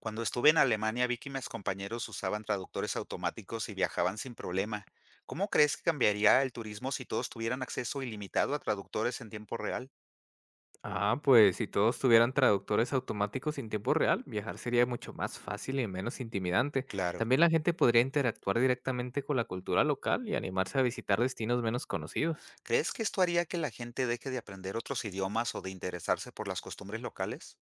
Cuando estuve en Alemania vi que mis compañeros usaban traductores automáticos y viajaban sin problema. ¿Cómo crees que cambiaría el turismo si todos tuvieran acceso ilimitado a traductores en tiempo real? Ah, pues si todos tuvieran traductores automáticos en tiempo real, viajar sería mucho más fácil y menos intimidante. Claro. También la gente podría interactuar directamente con la cultura local y animarse a visitar destinos menos conocidos. ¿Crees que esto haría que la gente deje de aprender otros idiomas o de interesarse por las costumbres locales?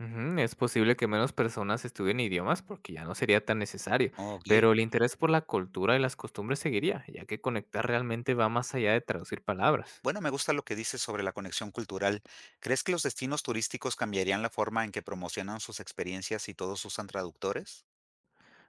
Ujú, es posible que menos personas estudien idiomas porque ya no sería tan necesario, Ok. pero el interés por la cultura y las costumbres seguiría, ya que conectar realmente va más allá de traducir palabras. Bueno, me gusta lo que dices sobre la conexión cultural. ¿Crees que los destinos turísticos cambiarían la forma en que promocionan sus experiencias si todos usan traductores?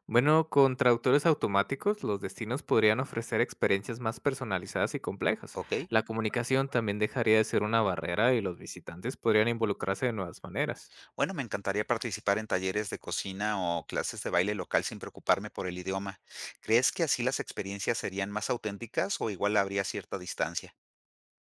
Bueno, con traductores automáticos, los destinos podrían ofrecer experiencias más personalizadas y complejas. Ok. La comunicación también dejaría de ser una barrera y los visitantes podrían involucrarse de nuevas maneras. Bueno, me encantaría participar en talleres de cocina o clases de baile local sin preocuparme por el idioma. ¿Crees que así las experiencias serían más auténticas o igual habría cierta distancia?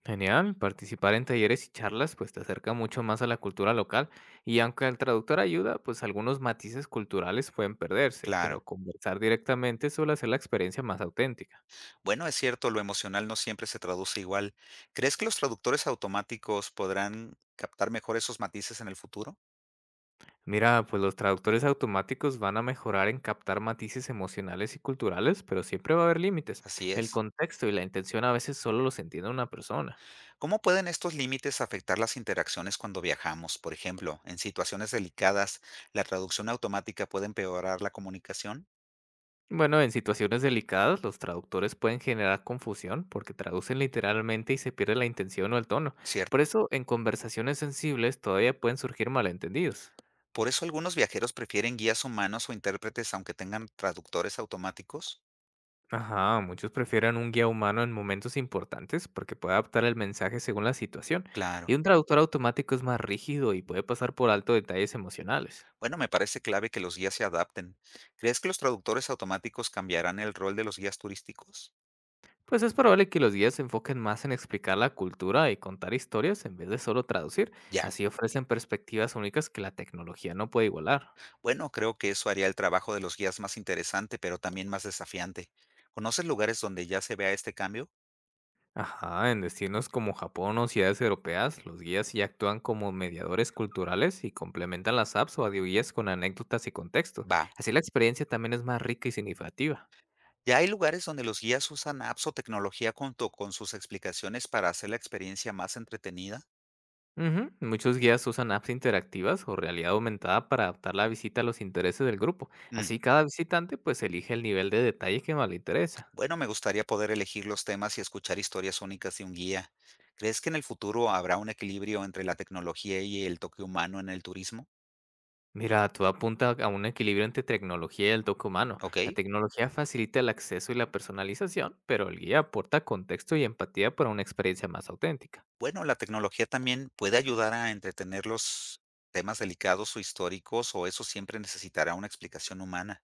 Genial, participar en talleres y charlas pues te acerca mucho más a la cultura local, y aunque el traductor ayuda, pues algunos matices culturales pueden perderse, Claro. pero conversar directamente suele hacer la experiencia más auténtica. Bueno, es cierto, lo emocional no siempre se traduce igual. ¿Crees que los traductores automáticos podrán captar mejor esos matices en el futuro? Mira, pues los traductores automáticos van a mejorar en captar matices emocionales y culturales, pero siempre va a haber límites. Así El es. contexto y la intención a veces solo los entiende una persona. ¿Cómo pueden estos límites afectar las interacciones cuando viajamos? Por ejemplo, en situaciones delicadas, ¿la traducción automática puede empeorar la comunicación? Bueno, en situaciones delicadas, los traductores pueden generar confusión porque traducen literalmente y se pierde la intención o el tono. Por ¿Cierto? eso, en conversaciones sensibles todavía pueden surgir malentendidos. Por eso algunos viajeros prefieren guías humanos o intérpretes aunque tengan traductores automáticos. Ajá, muchos prefieren un guía humano en momentos importantes porque puede adaptar el mensaje según la situación, Claro. y un traductor automático es más rígido y puede pasar por alto detalles emocionales. Bueno, me parece clave que los guías se adapten. ¿Crees que los traductores automáticos cambiarán el rol de los guías turísticos? Pues es probable que los guías se enfoquen más en explicar la cultura y contar historias en vez de solo traducir, Ya. así ofrecen perspectivas únicas que la tecnología no puede igualar. Bueno, creo que eso haría el trabajo de los guías más interesante, pero también más desafiante. ¿Conoces lugares donde ya se vea este cambio? Ajá, en destinos como Japón o ciudades europeas, los guías ya actúan como mediadores culturales y complementan las apps o audioguías con anécdotas y contexto. Va. Así la experiencia también es más rica y significativa. Ya hay lugares donde los guías usan apps o tecnología junto con sus explicaciones para hacer la experiencia más entretenida. Ujú, muchos guías usan apps interactivas o realidad aumentada para adaptar la visita a los intereses del grupo. Así Mm. cada visitante pues elige el nivel de detalle que más le interesa. Bueno, me gustaría poder elegir los temas y escuchar historias únicas de un guía. ¿Crees que en el futuro habrá un equilibrio entre la tecnología y el toque humano en el turismo? Mira, todo apunta a un equilibrio entre tecnología y el toque humano. Ok. La tecnología facilita el acceso y la personalización, pero el guía aporta contexto y empatía para una experiencia más auténtica. Bueno, la tecnología también puede ayudar a entretener los temas delicados o históricos, o eso siempre necesitará una explicación humana.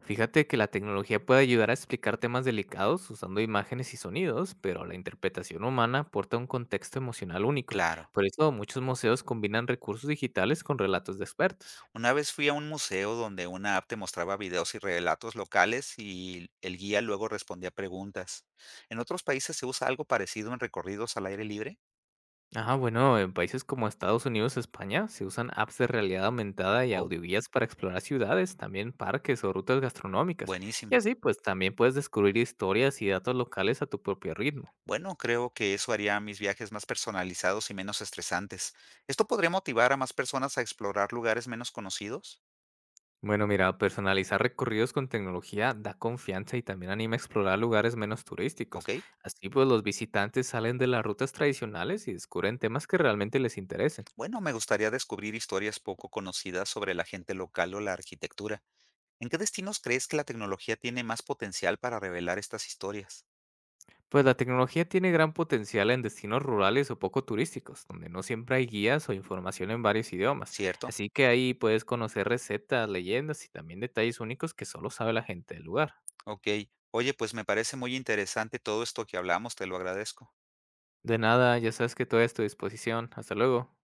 Fíjate que la tecnología puede ayudar a explicar temas delicados usando imágenes y sonidos, pero la interpretación humana aporta un contexto emocional único. Claro. Por eso muchos museos combinan recursos digitales con relatos de expertos. Una vez fui a un museo donde una app te mostraba videos y relatos locales y el guía luego respondía preguntas. ¿En otros países se usa algo parecido en recorridos al aire libre? Ah, bueno, en países como Estados Unidos, España, se usan apps de realidad aumentada y Oh, audioguías para explorar ciudades, también parques o rutas gastronómicas. Y buenísimo. así, pues también puedes descubrir historias y datos locales a tu propio ritmo. Bueno, creo que eso haría mis viajes más personalizados y menos estresantes. ¿Esto podría motivar a más personas a explorar lugares menos conocidos? Bueno, mira, personalizar recorridos con tecnología da confianza y también anima a explorar lugares menos turísticos. ¿Ok? Así, pues los visitantes salen de las rutas tradicionales y descubren temas que realmente les interesen. Bueno, me gustaría descubrir historias poco conocidas sobre la gente local o la arquitectura. ¿En qué destinos crees que la tecnología tiene más potencial para revelar estas historias? Pues la tecnología tiene gran potencial en destinos rurales o poco turísticos, donde no siempre hay guías o información en varios idiomas. ¿Cierto? Así que ahí puedes conocer recetas, leyendas y también detalles únicos que solo sabe la gente del lugar. Ok. Oye, pues me parece muy interesante todo esto que hablamos, te lo agradezco. De nada, ya sabes que todo es a tu disposición. Hasta luego.